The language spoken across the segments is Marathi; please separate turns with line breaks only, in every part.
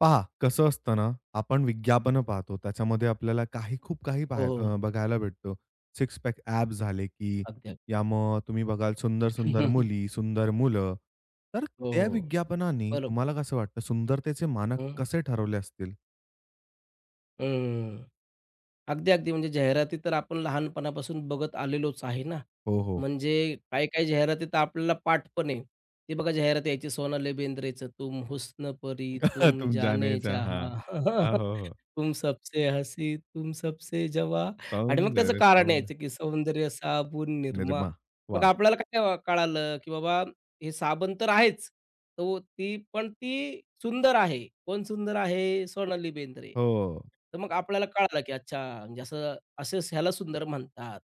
पहा, कसं असतं ना, आपण विज्ञापनं पाहतो. त्याच्यामध्ये आपल्याला काही खूप काही
हो, हो.
बघायला भेटतो. सिक्स पॅक ॲप झाले, की
अगदी, अगदी.
या मग तुम्ही बघाल सुंदर-सुंदर मुली, सुंदर मुलं. तर
हो,
त्या
हो.
विज्ञापनाने
बरोबर.
तुम्हाला कसं वाटतं, सुंदरतेचे मानक
हं,
कसे ठरवले असतील?
हं. अगदी, अगदी. म्हणजे जाहिराती तर आपण लहानपणापासून बघत आलेलोच आहे ना.
हो, हो.
म्हणजे काही-काही जाहिराती तर आपल्याला पाठ पण आहे. ते बघा जाहिरात यायची सोनाली बेंद्रेचं "तुम हुस्न परी, तुम
तुम जाने
जाने
जहां.
जहां,
आ, हो, हो.
तुम सबसे हसी, तुम सबसे जवां" आणि मग त्याचं
सौंदर्य
कारण
सौं
यायचं की सौंदर्य साबून निरमा.
निर्मा.
मग
वाह!
आपल्याला काय कळालं की बाबा हे साबण तर आहेच. तो ती सुंदर आहे. कोण सुंदर आहे? सोनाली बेंद्रे.
हो.
तर मग आपल्याला कळालं, की अच्छा म्हणजे असं असंच ह्याला सुंदर म्हणतात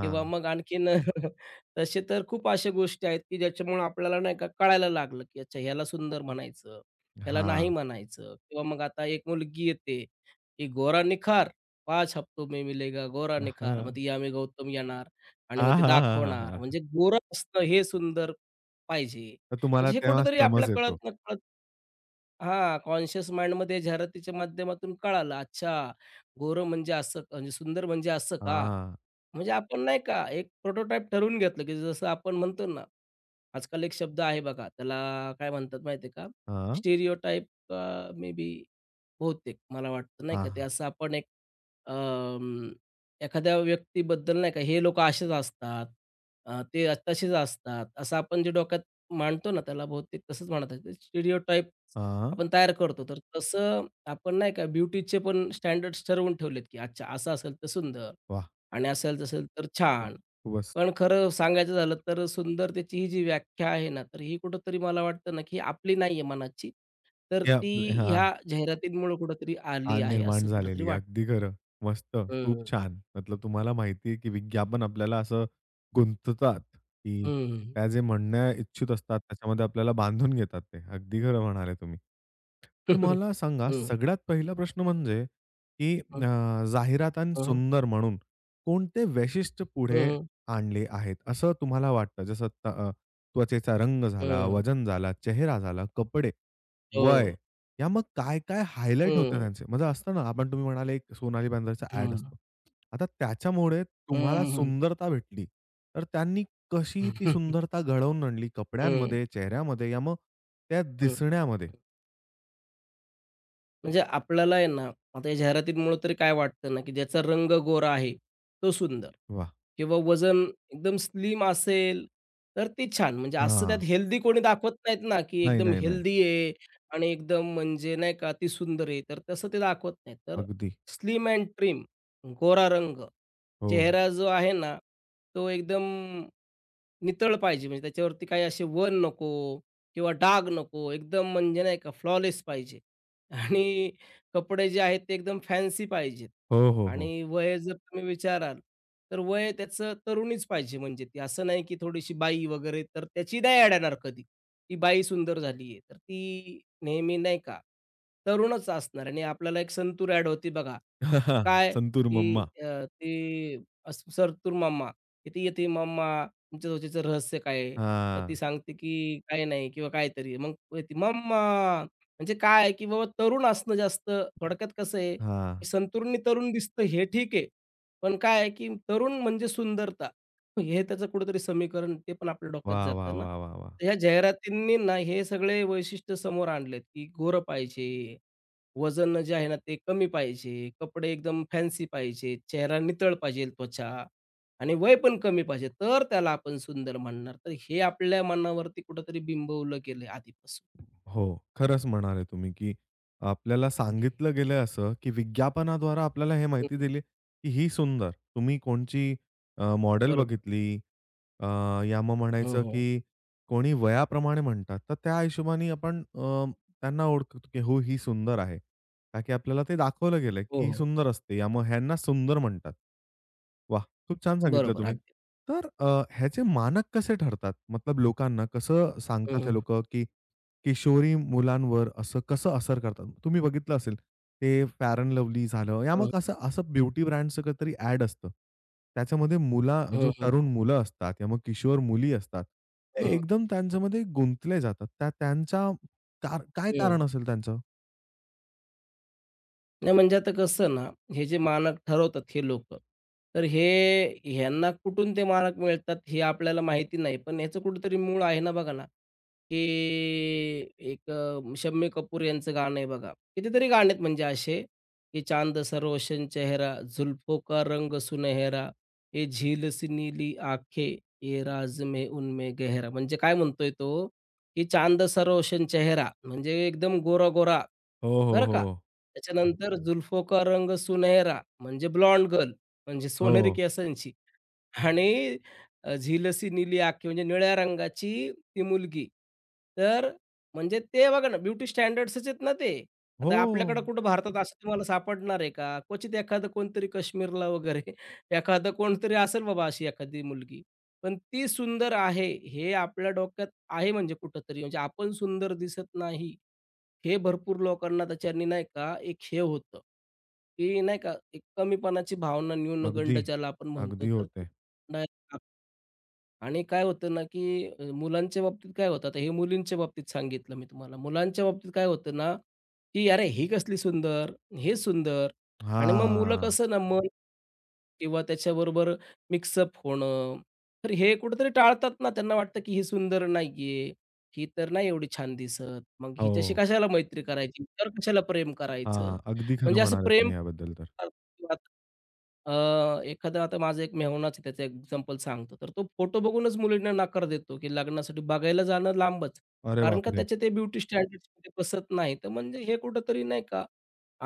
किंवा मग आणखीन. तसे तर खूप अशा गोष्टी आहेत, की ज्याच्यामुळे आपल्याला नाही का कळायला लागलं, की अच्छा ह्याला सुंदर म्हणायचं, ह्याला नाही
हां.
म्हणायचं किंवा मग आता एक मुलगी येते, की "गोरा निखार, 5 हफ्तों में मिलेगा गोरा निखार." मग
हां.
ती यामी गौतम येणार आणि मग
हां,
ते
हां, हां,
दाखवणार.
हां,
म्हणजे गोरा असणं हे सुंदर पाहिजे.
तर
म्हणजे
तुम्हाला
हे
तेव्हा
कुठेतरी आपल्याला
समज येतो.
कळत-नकळत हां, कॉन्शियस माइंडमध्ये जाहिरातीच्या माध्यमातून कळालं. अच्छा, गोरं म्हणजे असं म्हणजे सुंदर म्हणजे असं का?
हां.
म्हणजे आपण नाही का एक प्रोटोटाइप ठरवून घेतलं, की जसं आपण म्हणतो ना, आजकाल एक शब्द आहे बघा, त्याला काय म्हणतात माहिती आहे का?
हां.
स्टिरियोटाइप. मे बी बहुतेक मला वाटतं नाही
हां,
का, ते
हां.
असं आपण एक अं, एखाद्या व्यक्तीबद्दल नाही का, हे लोकं असेच असतात, ते तसेच असतात, असं आपण जे डोक्यात मांडतो ना, त्याला बहुतेक तसंच म्हणत आहे. स्टिरियोटाइप आपण तयार करतो. तर तसं आपण नाही का, ब्युटीचे पण स्टँडर्ड्स ठरवून ठेवलेत, की अच्छा असं असेल तर सुंदर.
वाह!
आणि असेल-तसेल तर
खूप
छान.
खूपच.
पण खरं सांगायचं झालं तर सुंदरतेची ही जी व्याख्या आहे ना, तर ही कुठेतरी मला वाटतं ना, की आपली नाही आहे मनाची. तर
ते
ती
आपले हां.
ह्या जाहिरातींमुळे कुठेतरी
आ,
आली आहे,
निर्माण
असं कुठेतरी
झालेली.
वाटतं.
अगदी खरं. मस्त.
हं,
खूप
हं.
छान. मतलब तुम्हाला माहिती आहे, की विज्ञापन आपल्याला असं गुंततात, की
हं,
त्या जे म्हणण्या इच्छुक असतात, त्याच्यामध्ये आपल्याला बांधून घेतात ते. अगदी खरं म्हणाले तुम्ही. तर मला सांगा,
हं, हं, हं, हं.
सगळ्यात पहिला प्रश्न म्हणजे, की जाहिरात आणि सुंदर म्हणून कोणते वैशिष्ट्य पुढे आणले आहेत, असं तुम्हाला वाटतं? जसं त्वचेचा रंग झाला, वजन झाला, चेहरा झाला, कपडे, वय
हो.
या मग काय-काय हायलाइट होते
हं,
त्यांचे. म्हणजे असतं ना, आपण तुम्ही म्हणाले एक सोनाली बेंद्रेचा
हं,
ॲड
हं,
असतो. आता त्याच्यामुळे तुम्हाला
हं, हं.
सुंदरता भेटली. तर त्यांनी कशी ती
हं.
सुंदरता घडवून आणली कपड्यांमध्ये, चेहऱ्यामध्ये या मग त्या दिसण्यामध्ये?
म्हणजे आपल्याला आहे ना, आता या जाहिरातींमुळं तरी काय वाटतं ना, की ज्याचा रंग गोरा आहे, तो सुंदर
वाह!
किंवा वजन एकदम स्लिम असेल, तर ती छान. म्हणजे असं त्यात
हां.
हेल्दी कोणी दाखवत नाहीत ना, की
नाही,
एकदम
नाही, नाही.
हेल्दी आहे आणि एकदम म्हणजे नाही का, ती सुंदर आहे. तर तसं ते दाखवत नाहीत. तर
अगदी.
स्लिम अँड ट्रिम, गोरा रंग,
हो.
चेहरा जो आहे ना, तो एकदम नितळ पाहिजे. म्हणजे त्याच्यावरती काही असे वण नको किंवा डाग नको. एकदम म्हणजे नाही का, फ्लॉलेस पाहिजे. आणि कपडे जे आहेत ते एकदम फॅन्सी पाहिजेत
हो, हो, हो.
आणि वय जर तुम्ही विचाराल, तर वय त्याचं तरुणीच पाहिजे म्हणजे ती. असं नाही की थोडीशी बाई वगैरे, तर त्याची नाही अडणार कधी. ती बाई सुंदर झाली आहे, तर ती नेहमी नाही का तरुणच असणार आणि आपल्याला एक संतूर ॲड होती बघा. काय
संतूर
की
मम्मा.
ती असं "सरतूर मम्मा", "किती येते मम्मा, तुमच्या त्वचेचं रहस्य काय आहे?" तर
हां.
ती सांगते की "काही नाही" किंवा काहीतरी. मग ती "मम्मा!" म्हणजे काय आहे, की बाबा तरुण असणं जास्त थोडक्यात कसं आहे,
हां.
की संतुरुणी तरुण दिसतं हे ठीक आहे. पण काय आहे, की तरुण म्हणजे सुंदरता. हे त्याचं कुठेतरी समीकरण ते पण आपल्या डोक्यात
वाह, वाह,
जातं ना.
वाह, वाह, वाह!
तर ह्या जाहिरातींनी ना हे सगळे वैशिष्ट्य समोर आणलेत, की गोरं पाहिजे, वजन जे आहे ना ते कमी पाहिजे, कपडे एकदम फॅन्सी पाहिजे, चेहरा नितळ पाहिजे, त्वचा आणि वय पण कमी पाहिजे. तर त्याला आपण सुंदर म्हणणार. तर हे आपल्या मनावरती कुठेतरी बिंबवलं गेलंय आधीपासून.
हो. खरंच म्हणाले तुम्ही, की आपल्याला सांगितलं गेलं असं, की विज्ञापनाद्वारा आपल्याला हे माहिती दिली, की ही सुंदर. तुम्ही कोणची मॉडेल
बरोबर.
बघितली अ, या मग
हो,
म्हणायचं,
हो.
की कोणी वयाप्रमाणे म्हणतात. तर त्या हिशोबाने आपण त्यांना ओळखतो, की हो ही सुंदर आहे. का की आपल्याला ते दाखवलं गेलं,
हो,
की ही
हो.
सुंदर असते. या मग ह्यांना सुंदर म्हणतात. वाह! खूप छान सांगितलं
बरोबर.
तुम्ही.
अगदी.
तर ह्याचे मानक कसे ठरतात? मतलब लोकांना कसं
हं,
सांगतात हे
हं.
लोकं, की किशोरीन मुलांवर असं कसं असर करतात? तुम्ही बघितलं असेल, ते फेअर अँड लव्हली झालं, या
हं,
मग असं असं ब्युटी ब्रँडचं काहीतरी ॲड असतं. त्याच्यामध्ये मुला
हं,
जो
हं,
तरुण मुलं असतात किंवा मग किशोर मुली असतात, ते
हं,
एकदम त्यांच्यामध्ये गुंतले जातात. त्या त्यांच्या कार काय कारण
हं.
असेल त्यांचं?
नाही म्हणजे आता कसं ना, हे जे मानक ठरवतात हे लोक तर हे ह्यांना कुठून ते मानक मिळतात हे आपल्याला माहिती नाही. पण याचं कुठेतरी मूळ आहे ना बघा ना, की एक शम्मी कपूर यांचं गाणं आहे बघा. कितीतरी गाणे आहेत म्हणजे असे, की चांद सरोशन रोशन चेहरा, जुल्फों का रंग सुनहरा, ये झील सी नीली आँखें, ये राज में उनमें गहरा. म्हणजे काय म्हणतोय तो, की चांद सा चेहरा म्हणजे एकदम गोरा-गोरा,
हो, हो,
बरं का?
हो.
त्याच्यानंतर जुल्फोकार रंग सुनहरा म्हणजे ब्लॉन्ड गर्ल म्हणजे सोनेरी
हो.
केसांची आणि झीलसी नीली आखी म्हणजे निळ्या रंगाची ती मुलगी. तर म्हणजे ते बघा ना ब्युटी स्टँडर्ड्सच आहेत ना ते.
हो.
आता आपल्याकडं कुठं भारतात असं तुम्हाला सापडणार आहे का? क्वचित एखादं कोणतरी काश्मीरला वगैरे. एखादं कोणतरी असेल बाबा अशी एखादी मुलगी. पण ती सुंदर आहे हे आपल्या डोक्यात आहे म्हणजे कुठेतरी म्हणजे आपण सुंदर दिसत नाही हे भरपूर लोकांना त्याच्यानी नाही का एक हे होतं, की नाही का एक कमीपणाची भावना न्यूनगंड
अगदी.
ज्याला आपण म्हणतो
अगदी
तर ते
होते.
आणि काय होतं ना, की मुलांच्या बाबतीत काय होतं, आता हे मुलींच्या बाबतीत सांगितलं मी तुम्हाला. मुलांच्या बाबतीत काय होतं ना, की "अरे, ही कसली सुंदर, हे सुंदर" आणि मग मुलं
हां.
कसं ना मन किंवा त्याच्याबरोबर मिक्सअप होणं, तर हे कुठेतरी टाळतात ना. त्यांना वाटतं, की ही सुंदर नाहीये, ही तर नाही एवढी छान दिसत, मग हिच्याशी
हो.
कशाला मैत्री करायची, हिच्यावर कशाला प्रेम करायचं.
हां. अगदी खरं
म्हणजे असं
म्हणाले
प्रेम
तुम्ही याबद्दल तर.
अ, एखादा आता माझा एक मेहुणाच आहे त्याचा एक्झाम्पल सांगतो. तर तो फोटो बघूनच मुलींना नकार देतो, की लग्नासाठी बघायला जाणं लांबच.
अरे
कारण का
बापरे!
त्याचे ते ब्युटी स्टँडर्ड्समध्ये बसत नाही. तर म्हणजे हे कुठेतरी नाही का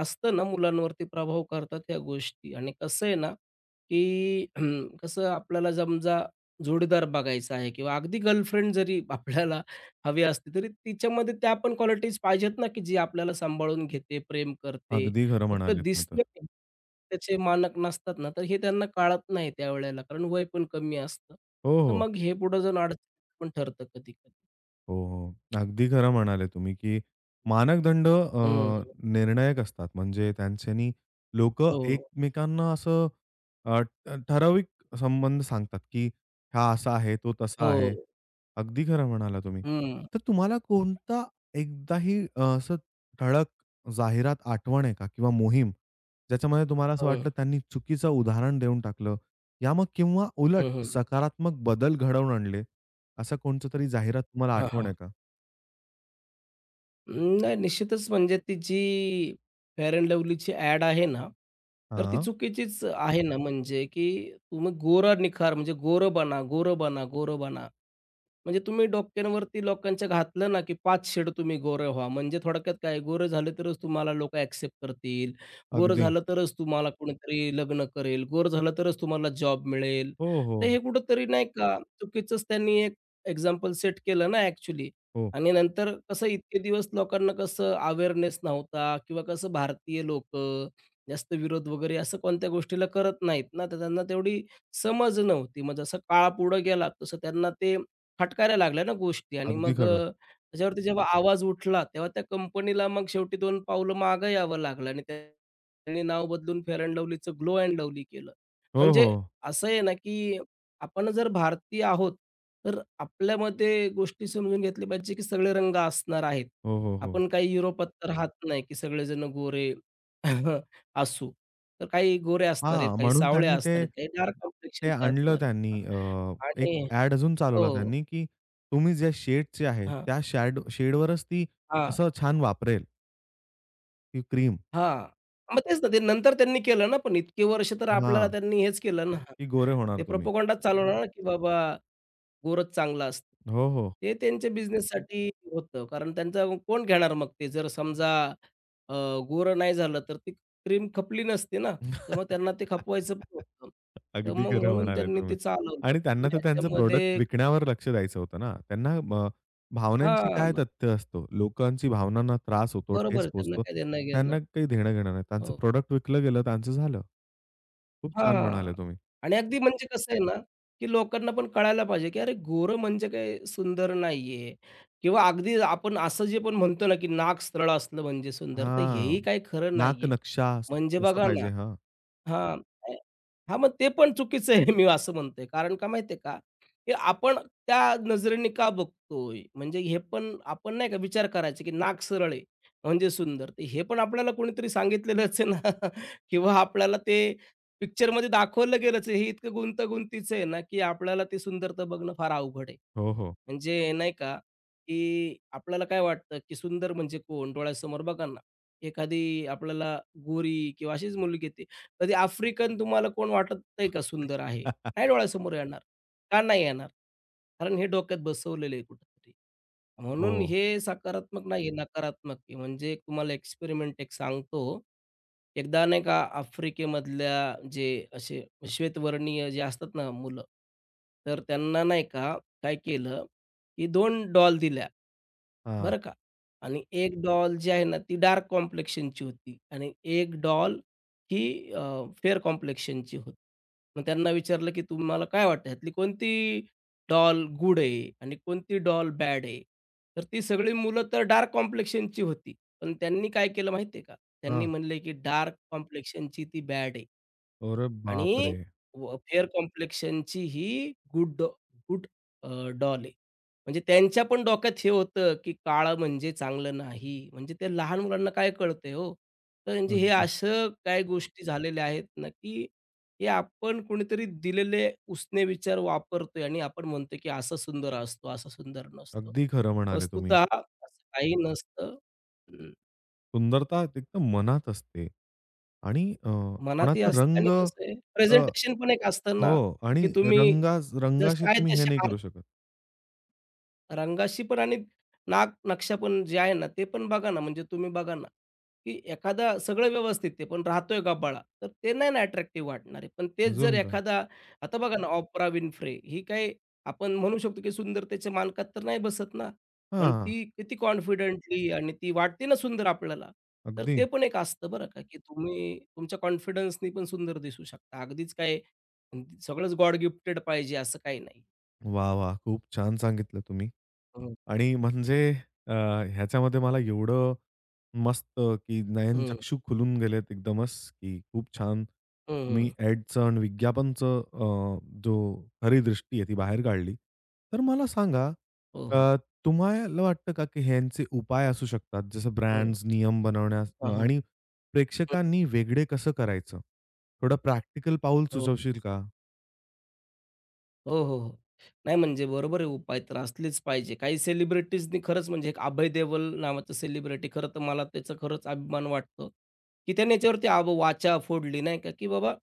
असतं ना मुलांवरती प्रभाव करतात ह्या गोष्टी आणि कसं आहे ना, की हम्म, कसं आपल्याला समजा जोडीदार बघायचा आहे किंवा अगदी गर्लफ्रेंड जरी आपल्याला हवी असते, तरी तिच्यामध्ये त्या पण क्वालिटीज पाहिजेत ना, की जी आपल्याला सांभाळून घेते, प्रेम करते.
अगदी खरं
फक्त
म्हणाले तुम्ही तर.
दिसणे त्याचे मानक नसतात ना, तर हे त्यांना कळत नाही त्यावेळेला कारण वय पण कमी असतं.
हो,
तर
हो.
मग हे पुढे जाऊन अडचण पण ठरतं कधी-कधी.
हो, हो. अगदी खरं म्हणाले तुम्ही, की मानकदंड
हं.
निर्णायक असतात. म्हणजे त्यांच्यानी लोक
हो.
एकमेकांना असं ठराविक संबंध सांगतात, की हा असा आहे, तो तसा
हो.
आहे. अगदी खरं म्हणाला तुम्ही.
हं.
तर तुम्हाला कोणता एकदाही असं ठळक जाहिरात आठवण आहे का किंवा मोहीम, ज्याच्यामध्ये तुम्हाला असं
हं.
वाटलं त्यांनी चुकीचं उदाहरण देऊन टाकलं, या मग किंवा उलट
हं, हं.
सकारात्मक बदल घडवून आणले? असा कोणचा तरी जाहिरात तुम्हाला
हां,
आठवण
हां.
आहे का?
नाही निश्चितच म्हणजे ती जी फेअर अँड लव्हलीची ॲड आहे ना, तर ती
हां,
चुकीचीच आहे ना, म्हणजे की तुम्ही गोरा निखार म्हणजे गोरं बना, गोरं बना, गोरं बना. म्हणजे तुम्ही डोक्यांवरती लोकांच्या घातलं ना, की 5 शेड तुम्ही गोरे व्हा. म्हणजे थोडक्यात काय गोरं झालं तरच तुम्हाला लोकं ॲक्सेप्ट करतील. गोरं
अगदी.
झालं तरच तुम्हाला कोणीतरी लग्न करेल. गोरं झालं तरच तुम्हाला जॉब मिळेल.
हो, हो,
तर हे कुठेतरी नाही का चुकीचंच त्यांनी एक एक्झाम्पल सेट केलं ना ॲक्चुअली.
हो.
आणि नंतर कसं इतके दिवस लोकांना कसं अवेअरनेस नव्हता किंवा कसं भारतीय लोकं जास्त विरोध वगैरे असं कोणत्या गोष्टीला करत नाहीत ना, तर त्यांना तेवढी समज नव्हती. मग जसा काळ पुढं गेला तसं त्यांना ते फटकायला लागल्या ना गोष्टी आणि
अगदी
मग
खरं.
त्याच्यावरती जेव्हा आवाज उठला, तेव्हा त्या कंपनीला मग शेवटी 2 पावलं मागं यावं लागलं आणि त्यांनी नाव बदलून फेअर अँड लव्हलीचं ग्लो अँड लव्हली केलं.
हो,
म्हणजे
हो.
असं आहे ना, की आपण जर भारतीय आहोत, तर आपल्यामध्ये गोष्टी समजून घेतल्या पाहिजे, की सगळे रंग असणार आहेत.
हो, हो, हो.
आपण काही युरोपात तर राहत नाही, की सगळेजण गोरे असू. तर काही गोरे असणार आहेत,
हां,
काही
म्हणून
सावळे
त्यांनी
असणार
ते
आहेत, काही डार्क
ते
कॉम्प्लेक्शनचे
आणलं
असणार आहेत.
त्यांनी
हां,
एक
आणि
ॲड अजून चालवला
हो.
त्यांनी, की तुम्ही ज्या शेडचे आहे,
हां,
त्या शॅड शेडवरच ती
हां,
असं छान वापरेल, ती क्रीम
हां. मग तेच ना, ते नंतर त्यांनी केलं ना, पण इतके वर्ष तर आपल्याला
हां.
त्यांनी हेच केलं ना,
की गोरे होणार
ते
तुम्ही.
प्रोपगंडाच चालवला ना, की बाबा गोरच चांगला असतो.
हो, हो.
ते त्यांच्या बिझनेससाठी होतं. कारण त्यांचा कोण घेणार मग ते जर समजा अ, गोरं नाही झालं तर ती क्रीम खपली नसती ना, तर मग त्यांना ते खपवायचं पण होतं. तर
अगदी
मग
खरं
म्हणून
म्हणाले
त्यांनी ते
तुम्ही.
चालवलं.
आणि
पण
त्यांना तर त्यांचं प्रॉडक्ट
ह्याच्यामध्ये
विकण्यावर लक्ष द्यायचं होतं ना. त्यांना भावनांची काय
हां,
तथ्य असतो. लोकांची भावनांना त्रास होतो,
बरोबर
ठेस
आहे त्यांना
पोहोचतो.
काय देणं-घेणं.
त्यांना काही देणं-घेणं नाही. त्यांचं
हो.
प्रॉडक्ट विकलं गेलं, त्यांचं झालं. खूप छान म्हणाले
हां.
तुम्ही.
आणि अगदी म्हणजे कसं आहे ना, की लोकांना पण कळायला पाहिजे, की अरे गोरं म्हणजे काय सुंदर नाहीये किंवा अगदी आपण असं जे पण म्हणतो ना, की नाक सरळ असलं म्हणजे सुंदर, तर
हां.
हेही काही खरं
नाक
नाहीये.
नक्षा
म्हणजे
असं
बघा ना
पाहिजे. हां.
हां. अ, हां, मग ते पण चुकीचं आहे मी असं म्हणतोय. कारण का माहिती आहे का, की आपण त्या नजरेने का बघतोय? म्हणजे हे पण आपण नाही का विचार करायचा, की नाक सरळ आहे म्हणजे सुंदर. तर हे पण आपल्याला कोणीतरी सांगितलेलंच आहे ना किंवा आपल्याला ते पिक्चरमध्ये दाखवलं गेलंच आहे. हे इतकं गुंतागुंतीचं आहे ना, की आपल्याला ती सुंदरता बघणं फार अवघड आहे.
हो, हो.
म्हणजे नाही का, की आपल्याला काय वाटतं, की सुंदर म्हणजे कोण? डोळ्यासमोर बघा ना, एखादी आपल्याला गोरी किंवा अशीच मुलगी येते. कधी आफ्रिकन तुम्हाला कोण वाटत नाही का सुंदर आहे? नाही डोळ्यासमोर येणार. का नाही येणार? कारण हे डोक्यात बसवलेलं आहे कुठेतरी.
हो.
म्हणून हे सकारात्मक नाही आहे, नकारात्मक आहे. म्हणजे एक तुम्हाला एक्सपेरिमेंट एक सांगतो. एकदा नाही का आफ्रिकेमधल्या जे असे श्वेतवर्णीय जे असतात ना मुलं, तर त्यांना नाही का काय केलं, की 2 डॉल दिल्या,
हां,
बरं का. आणि 1 डॉल जी आहे ना, ती डार्क कॉम्प्लेक्शनची होती आणि 1 डॉल ही फेअर कॉम्प्लेक्शनची होती. मग त्यांना विचारलं, की तुम्हाला काय वाटतं, ह्यातली कोणती डॉल गुड आहे आणि कोणती डॉल बॅड आहे? तर ती सगळी मुलं तर डार्क कॉम्प्लेक्शनची होती. पण त्यांनी काय केलं माहिती आहे का? त्यांनी
हां.
म्हणले, की डार्क कॉम्प्लेक्शनची ती बॅड आहे
अरे
आणि
बापरे!
फेअर कॉम्प्लेक्शनची ही गुड गुड डॉल आहे. म्हणजे त्यांच्या पण डोक्यात हे होतं, की काळं म्हणजे चांगलं नाही. म्हणजे त्या लहान मुलांना काय कळतंय हो? तर म्हणजे हे
अगदी,
असं काही गोष्टी झालेल्या आहेत ना, की हे आपण कुणीतरी दिलेले उसने विचार वापरतोय आणि आपण म्हणतो, की असा सुंदर असतो, असा सुंदर नसतो.
अगदी खरं म्हणाले तुम्ही.
वस्तुतः असं काही नसतं. हं,
सुंदरता एकदम मनात असते. आणि
मनातही
कोणाचा
असतं
रंग
आणि कसं आहे प्रेझेंटेशन पण एक असतं
हो.
ना,
आणि
की तुम्ही
रंगा रंगाशी
जशा आहेत
तुम्ही हे
तशा
नाही करू शकत.
रंगाशी पण आणि नाक नक्षा पण जे आहे ना, ते पण बघा ना, म्हणजे तुम्ही बघा ना, की एखादा सगळं व्यवस्थित ते पण राहतोय गबाळा, तर ते नाही ना अट्रॅक्टिव्ह वाटणार आहे. पण तेच जर
अजून का
एखादा आता बघा ना, ऑप्रा विन्फ्रे ही काय आपण म्हणू शकतो, की सुंदरतेच्या मानकात तर नाही बसत ना, पण
हां,
ती किती कॉन्फिडेंटली आणि ती वाटते ना सुंदर आपल्याला, तर
अगदी.
ते पण एक असतं बरं का, की तुम्ही तुमच्या कॉन्फिडन्सनी पण सुंदर दिसू शकता. अगदीच काय सगळंच गॉड गिफ्टेड पाहिजे असं काही नाही.
वाह, वाह! खूप छान सांगितलं तुम्ही.
हो.
आणि म्हणजे अ, ह्याच्यामध्ये मला एवढं मस्त की
हं,
नयनचक्षू खुलून गेलेत एकदमच, की खूप छान
हं,
तुम्ही
हं.
ॲडचं आणि विज्ञापनचं जो खरी दृष्टी आहे ती बाहेर काढली. तर मला सांगा,
हो, हो.
अ, तुम्हाला वाटतं का की ह्यांचे उपाय असू शकतात? जसं
हं.
ब्रँड्स नियम बनवण्यास
हां, हां.
आणि प्रेक्षकांनी वेगळे कसं करायचं? थोडं प्रॅक्टिकल पाऊल
हो,
सुचवशील का?
हो, हो, हो. नाही म्हणजे बरोबर आहे उपाय तर असलेच पाहिजे. काही सेलिब्रिटीजनी खरंच म्हणजे एक अभय देओल नावाचं सेलिब्रिटी खरं तर मला त्याचा खरंच अभिमान वाटतो, की त्याने याच्यावरती आब वाचा फोडली नाही का, की बाबा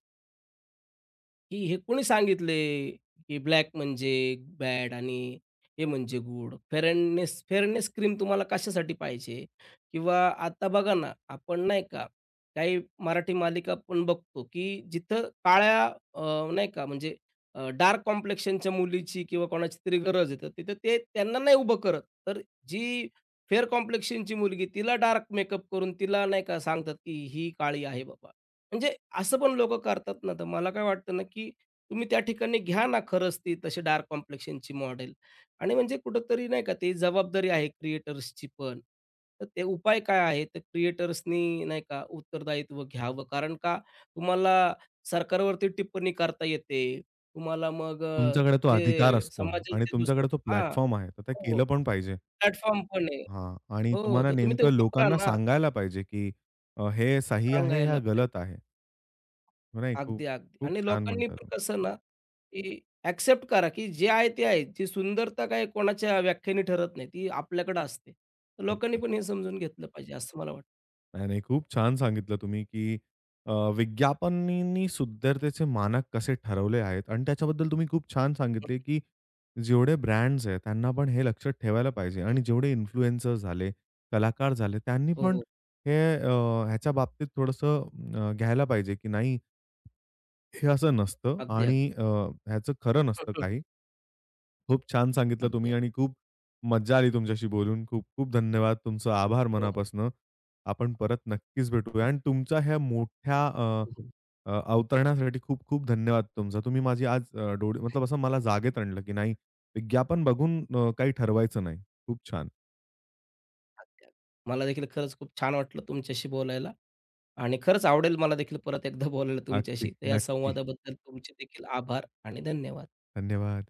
की हे कोणी सांगितले, की ब्लॅक म्हणजे बॅड आणि हे म्हणजे गुड. फेअरनेस फेअरनेस क्रीम तुम्हाला कशासाठी पाहिजे? किंवा आता बघा ना, आपण नाही का, काही मराठी मालिका आपण बघतो, की जिथं काळ्या अ, नाही का म्हणजे डार्क कॉम्प्लेक्शनच्या मुलीची किंवा कोणाची तरी गरज आहे, तिथं ते त्यांना नाही उभं करत. तर जी फेअर कॉम्प्लेक्शनची मुलगी, तिला डार्क मेकअप करून तिला नाही का सांगतात, की ही काळी आहे बाबा. म्हणजे असं पण लोकं करतात ना, तर मला काय वाटतं ना, की तुम्ही त्या ठिकाणी घ्या ना खरंच ती तशी डार्क कॉम्प्लेक्शनची मॉडेल आणि म्हणजे कुठेतरी नाही का ती जबाबदारी आहे क्रिएटर्सची पण. तर ते उपाय काय आहे? तर क्रिएटर्सनी नाही का उत्तरदायित्व घ्यावं. कारण का तुम्हाला सरकारवरती टिप्पणी करता येते. तुम्हाला मग
तुमच्याकडे तो अधिकार
जे
असतो आणि
समाजाचे दुसरं
तुमच्याकडे तो
हां.
प्लॅटफॉर्म आहे, तर ते
हो.
केलं पण पाहिजे.
प्लॅटफॉर्म पण आहे.
हां. आणि
हो,
तुम्हाला
तर तुम्ही ते
नेमकं
वापरा
लोकांना
ना
सांगायला पाहिजे, की हे सही आहे, हा
सांगायला.
गलत आहे. हो नाही. खूप
अगदी, अगदी.
खूप
आणि
छान
लोकांनी
म्हणता
पण
तुम्ही.
कसं ना, की ॲक्सेप्ट करा, की जे आहे ते आहे. जी सुंदरता काय कोणाच्या व्याख्येने ठरत नाही. ती आपल्याकडे असते. तर लोकांनी
अगदी.
पण हे समजून घेतलं पाहिजे असं मला वाटतं.
नाही, नाही. खूप छान सांगितलं तुम्ही, की विज्ञापनींनी सुंदरतेचे मानक कसे ठरवले आहेत आणि त्याच्याबद्दल तुम्ही खूप छान सांगितले, की जेवढे ब्रँड्स आहेत, त्यांना पण हे लक्षात ठेवायला पाहिजे
हं,
आणि जेवढे इन्फ्लुएन्सर झाले, कलाकार झाले, त्यांनी
हो,
पण
हो.
हे ह्याच्या बाबतीत थोडंसं घ्यायला पाहिजे, की नाही हे असं नसतं
अगदी,
आणि
अगदी.
ह्याचं खरं
हं,
नसतं
हं.
काही. खूप छान सांगितलं
अगदी,
तुम्ही
अगदी.
आणि खूप मज्जा आली तुमच्याशी बोलून. खूप-खूप धन्यवाद. तुमचं आभार
हो, हो.
मनापासनं. आपण परत नक्कीच भेटूया आणि तुमच्या ह्या मोठ्या अ,
हो, हो.
अ, अवतरण्यासाठी खूप-खूप धन्यवाद तुमचा. तुम्ही माझी आज डोळे मतलब असं मला जागेत आणलं, की नाही विज्ञापन बघून काही ठरवायचं नाही. खूप छान.
अगदी, अगदी. मला देखील खरंच खूप छान वाटलं तुमच्याशी बोलायला आणि खरंच आवडेल मला देखील परत एकदा बोलायला
अगदी.
तुमच्याशी. तर या
नक्की.
संवादाबद्दल तुमचे देखील आभार आणि धन्यवाद.
धन्यवाद.